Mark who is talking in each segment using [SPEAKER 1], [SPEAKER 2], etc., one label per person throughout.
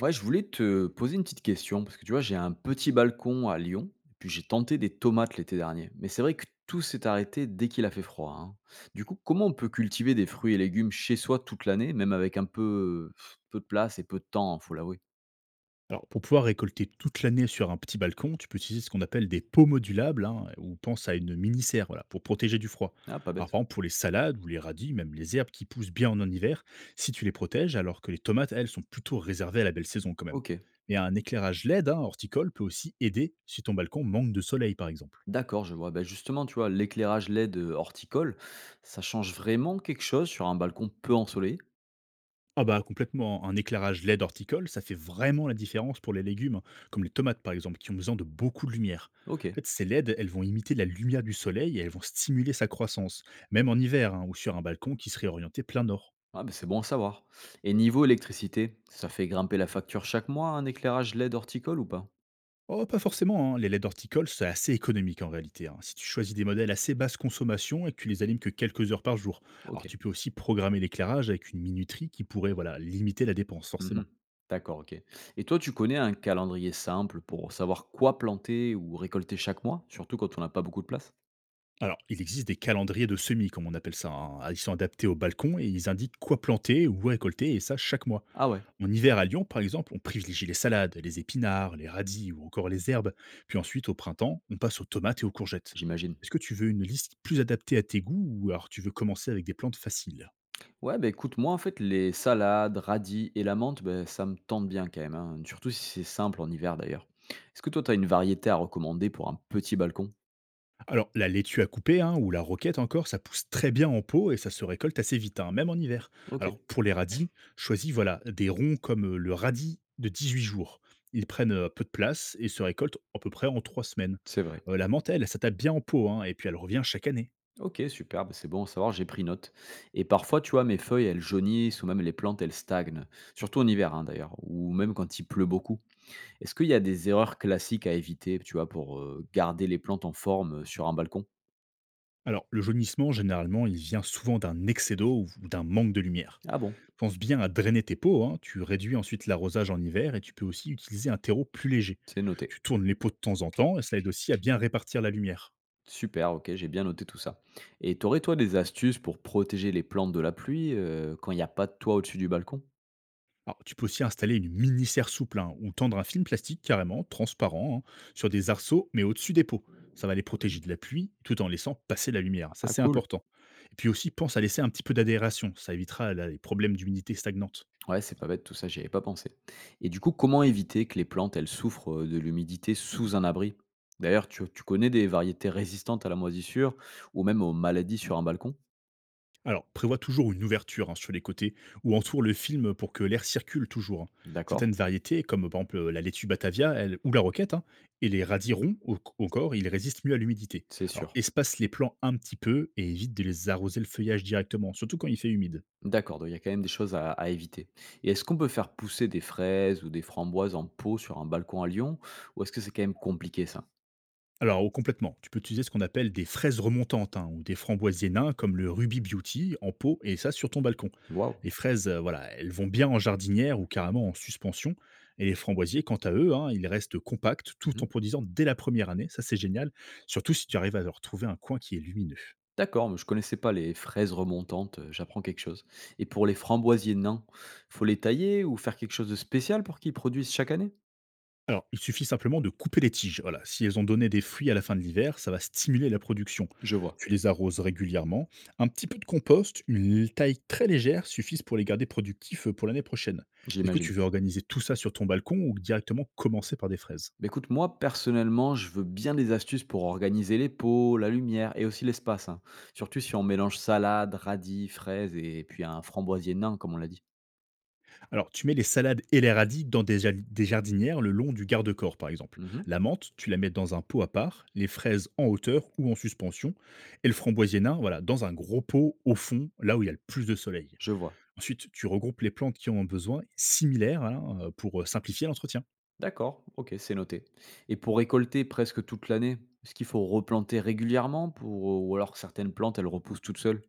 [SPEAKER 1] Ouais, je voulais te poser une petite question parce que tu vois, j'ai un petit balcon à Lyon, et puis j'ai tenté des tomates l'été dernier. Mais c'est vrai que tout s'est arrêté dès qu'il a fait froid, hein. Du coup, comment on peut cultiver des fruits et légumes chez soi toute l'année, même avec peu de place et peu de temps, faut l'avouer.
[SPEAKER 2] Alors, pour pouvoir récolter toute l'année sur un petit balcon, tu peux utiliser ce qu'on appelle des pots modulables, hein, ou pense à une mini-serre, voilà, pour protéger du froid.
[SPEAKER 1] Ah, pas
[SPEAKER 2] Alors,
[SPEAKER 1] bête.
[SPEAKER 2] par exemple, pour les salades ou les radis, même les herbes qui poussent bien en hiver, si tu les protèges, alors que les tomates, elles, sont plutôt réservées à la belle saison quand même.
[SPEAKER 1] Ok,
[SPEAKER 2] Mais un éclairage LED, hein, horticole, peut aussi aider si ton balcon manque de soleil, par exemple.
[SPEAKER 1] d'accord, je vois. Ben justement, tu vois, l'éclairage LED horticole, ça change vraiment quelque chose sur un balcon peu ensoleillé.
[SPEAKER 2] Ah bah complètement, un éclairage LED horticole, ça fait vraiment la différence pour les légumes, comme les tomates par exemple, qui ont besoin de beaucoup de lumière.
[SPEAKER 1] Ok,
[SPEAKER 2] En fait, ces LED, elles vont imiter la lumière du soleil et elles vont stimuler sa croissance, même en hiver, hein, ou sur un balcon qui serait orienté plein nord.
[SPEAKER 1] ah, ben c'est bon à savoir. Et niveau électricité, ça fait grimper la facture chaque mois un éclairage LED horticole ou pas?
[SPEAKER 2] Oh, pas forcément, hein, les LED horticoles, c'est assez économique en réalité, hein, si tu choisis des modèles assez basse consommation et que tu les allumes que quelques heures par jour. Alors
[SPEAKER 1] OK.
[SPEAKER 2] tu peux aussi programmer l'éclairage avec une minuterie qui pourrait voilà, limiter la dépense,
[SPEAKER 1] Mmh.
[SPEAKER 2] forcément.
[SPEAKER 1] D'accord, OK. Et toi, tu connais un calendrier simple pour savoir quoi planter ou récolter chaque mois? Surtout quand on n'a pas beaucoup de place?
[SPEAKER 2] Alors, il existe des calendriers de semis, comme on appelle ça, hein. Ah, ils sont adaptés au balcon et ils indiquent quoi planter ou récolter, et ça chaque mois.
[SPEAKER 1] Ah ouais,
[SPEAKER 2] En hiver à Lyon, par exemple, on privilégie les salades, les épinards, les radis ou encore les herbes. Puis ensuite, au printemps, on passe aux tomates et aux courgettes.
[SPEAKER 1] j'imagine.
[SPEAKER 2] Est-ce que tu veux une liste plus adaptée à tes goûts ou alors tu veux commencer avec des plantes faciles?
[SPEAKER 1] Ouais, bah, écoute, moi, en fait, les salades, radis et la menthe, beh, ça me tente bien quand même, hein, surtout si c'est simple en hiver d'ailleurs. Est-ce que toi, tu as une variété à recommander pour un petit balcon?
[SPEAKER 2] Alors, la laitue à couper hein, ou la roquette encore, ça pousse très bien en pot et ça se récolte assez vite, hein, même en hiver. Alors,
[SPEAKER 1] OK,
[SPEAKER 2] pour les radis, choisis voilà, des ronds comme le radis de 18 jours. Ils prennent peu de place et se récoltent à peu près en 3 semaines.
[SPEAKER 1] c'est vrai.
[SPEAKER 2] La menthe, elle, ça tape bien en pot hein, et puis elle revient chaque année.
[SPEAKER 1] OK, super, bah, c'est bon à savoir, j'ai pris note. Et parfois, tu vois, mes feuilles, elles jaunissent ou même les plantes, elles stagnent, surtout en hiver, hein, d'ailleurs, ou même quand il pleut beaucoup. Est-ce qu'il y a des erreurs classiques à éviter, tu vois, pour, garder les plantes en forme, sur un balcon?
[SPEAKER 2] Alors, le jaunissement, généralement, il vient souvent d'un excès d'eau ou d'un manque de lumière.
[SPEAKER 1] Ah bon,
[SPEAKER 2] Pense bien à drainer tes pots, hein, tu réduis ensuite l'arrosage en hiver et tu peux aussi utiliser un terreau plus léger.
[SPEAKER 1] c'est
[SPEAKER 2] Tu
[SPEAKER 1] noté.
[SPEAKER 2] tournes les pots de temps en temps et ça aide aussi à bien répartir la lumière.
[SPEAKER 1] Super, OK, j'ai bien noté tout ça et tu aurais, toi, des astuces pour protéger les plantes de la pluie, quand il n'y a pas de toit au-dessus du balcon?
[SPEAKER 2] Alors, tu peux aussi installer une mini-serre souple hein, ou tendre un film plastique carrément, transparent, hein, sur des arceaux, mais au-dessus des pots. Ça va les protéger
[SPEAKER 1] Mmh.
[SPEAKER 2] de la pluie tout en laissant passer la lumière. Ça,
[SPEAKER 1] Ah
[SPEAKER 2] c'est
[SPEAKER 1] cool.
[SPEAKER 2] important. Et puis aussi, pense à laisser un petit peu d'adhération. Ça évitera là, les problèmes d'humidité stagnante.
[SPEAKER 1] Ouais, c'est pas bête tout ça, j'y avais pas pensé et du coup, comment éviter que les plantes, elles souffrent, de l'humidité sous un abri? D'ailleurs, tu connais des variétés résistantes à la moisissure ou même aux maladies sur un balcon?
[SPEAKER 2] Alors, prévoit toujours une ouverture hein, sur les côtés ou entoure le film pour que l'air circule toujours, hein. Certaines
[SPEAKER 1] D'accord,
[SPEAKER 2] variétés, comme par exemple la laitue batavia ou la roquette, hein, et les radis ronds encore, ils résistent mieux à l'humidité.
[SPEAKER 1] c'est
[SPEAKER 2] Alors,
[SPEAKER 1] sûr.
[SPEAKER 2] espace les plants un petit peu et évite de les arroser le feuillage directement, surtout quand il fait humide.
[SPEAKER 1] D'accord, donc il y a quand même des choses à éviter. Et est-ce qu'on peut faire pousser des fraises ou des framboises en pot sur un balcon à Lyon? Ou est-ce que c'est quand même compliqué ça?
[SPEAKER 2] Alors, oh, complètement. Tu peux utiliser ce qu'on appelle des fraises remontantes hein, ou des framboisiers nains comme le Ruby Beauty en pot et ça sur ton balcon.
[SPEAKER 1] Waouh.
[SPEAKER 2] Les fraises, voilà, elles vont bien en jardinière ou carrément en suspension. Et les framboisiers, quant à eux, hein, ils restent compacts tout en
[SPEAKER 1] Mhm.
[SPEAKER 2] produisant dès la première année. Ça, c'est génial. Surtout si tu arrives à leur trouver un coin qui est lumineux.
[SPEAKER 1] D'accord, mais je connaissais pas les fraises remontantes, j'apprends quelque chose. Et pour les framboisiers nains, faut les tailler ou faire quelque chose de spécial pour qu'ils produisent chaque année?
[SPEAKER 2] Alors, il suffit simplement de couper les tiges. Voilà. Si elles ont donné des fruits à la fin de l'hiver, ça va stimuler la production.
[SPEAKER 1] Je vois,
[SPEAKER 2] Tu les arroses régulièrement. Un petit peu de compost, une taille très légère, suffisent pour les garder productifs pour l'année prochaine. Est-ce que tu
[SPEAKER 1] j'imagine.
[SPEAKER 2] veux organiser tout ça sur ton balcon ou directement commencer par des fraises?
[SPEAKER 1] Mais écoute, moi personnellement, je veux bien des astuces pour organiser les pots, la lumière et aussi l'espace, hein. Surtout si on mélange salade, radis, fraises et puis un framboisier nain, comme on l'a dit.
[SPEAKER 2] Alors, tu mets les salades et les radis dans des jardinières le long du garde-corps, par exemple.
[SPEAKER 1] Mhm.
[SPEAKER 2] La menthe, tu la mets dans un pot à part, les fraises en hauteur ou en suspension, et le framboisier nain, voilà, dans un gros pot au fond, là où il y a le plus de soleil.
[SPEAKER 1] Je vois.
[SPEAKER 2] Ensuite, tu regroupes les plantes qui en ont besoin, similaires hein, pour, simplifier l'entretien.
[SPEAKER 1] D'accord, OK, c'est noté. Et pour récolter presque toute l'année, est-ce qu'il faut replanter régulièrement pour ou alors certaines plantes, elles repoussent toutes seules?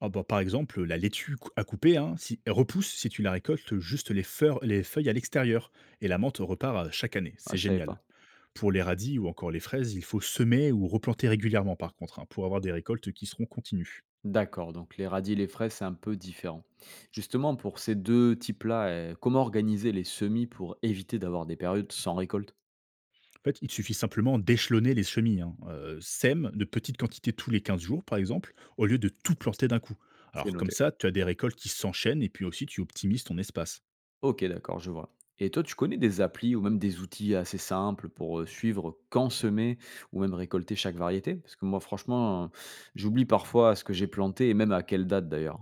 [SPEAKER 2] Ah bah, par exemple, la laitue cou à couper, hein, si elle repousse si tu la récoltes juste les feuilles à l'extérieur et la menthe repart, chaque année,
[SPEAKER 1] Ah,
[SPEAKER 2] c'est
[SPEAKER 1] je savais
[SPEAKER 2] génial.
[SPEAKER 1] pas.
[SPEAKER 2] Pour les radis ou encore les fraises, il faut semer ou replanter régulièrement par contre, hein, pour avoir des récoltes qui seront continues.
[SPEAKER 1] D'accord, donc les radis et les fraises, c'est un peu différent. Justement, pour ces 2 types-là, comment organiser les semis pour éviter d'avoir des périodes sans récolte?
[SPEAKER 2] En fait, il suffit simplement d'échelonner les semis, hein, sème de petites quantités tous les 15 jours par exemple, au lieu de tout planter d'un coup.
[SPEAKER 1] C'est
[SPEAKER 2] Alors comme
[SPEAKER 1] noté.
[SPEAKER 2] ça, tu as des récoltes qui s'enchaînent et puis aussi tu optimises ton espace.
[SPEAKER 1] OK, d'accord, je vois. Et toi, tu connais des applis ou même des outils assez simples pour, suivre quand semer ou même récolter chaque variété? Parce que moi, franchement, j'oublie parfois ce que j'ai planté et même à quelle date d'ailleurs.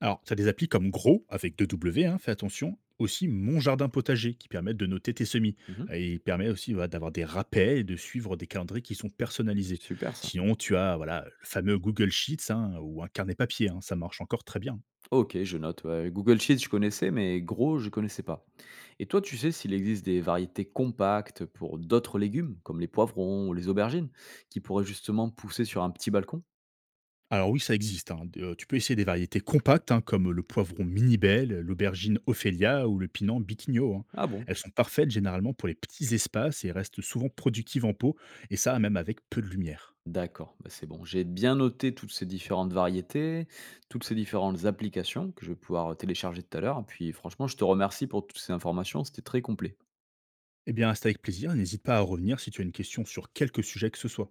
[SPEAKER 2] Alors, tu as des applis comme Gros, avec 2 w hein, fais attention. Aussi, Mon Jardin Potager, qui permettent de noter tes semis.
[SPEAKER 1] Mmh.
[SPEAKER 2] Et il permet aussi voilà, d'avoir des rappels et de suivre des calendriers qui sont personnalisés.
[SPEAKER 1] Super ça.
[SPEAKER 2] Sinon, tu as voilà, le fameux Google Sheets hein, ou un carnet papier, hein, ça marche encore très bien.
[SPEAKER 1] OK, je note. Ouais, Google Sheets, je connaissais, mais Gros, je connaissais pas. Et toi, tu sais s'il existe des variétés compactes pour d'autres légumes, comme les poivrons ou les aubergines, qui pourraient justement pousser sur un petit balcon?
[SPEAKER 2] Alors oui, ça existe, hein. Tu peux essayer des variétés compactes, hein, comme le poivron mini-belle, l'aubergine Ophelia ou le pinan Biquigno, hein.
[SPEAKER 1] Ah bon?
[SPEAKER 2] Elles sont parfaites généralement pour les petits espaces et restent souvent productives en pot, et ça même avec peu de lumière.
[SPEAKER 1] D'accord, bah, c'est bon. J'ai bien noté toutes ces différentes variétés, toutes ces différentes applications que je vais pouvoir télécharger tout à l'heure. Puis franchement, je te remercie pour toutes ces informations, c'était très complet.
[SPEAKER 2] Eh bien, c'est avec plaisir. N'hésite pas à revenir si tu as une question sur quelque sujet que ce soit.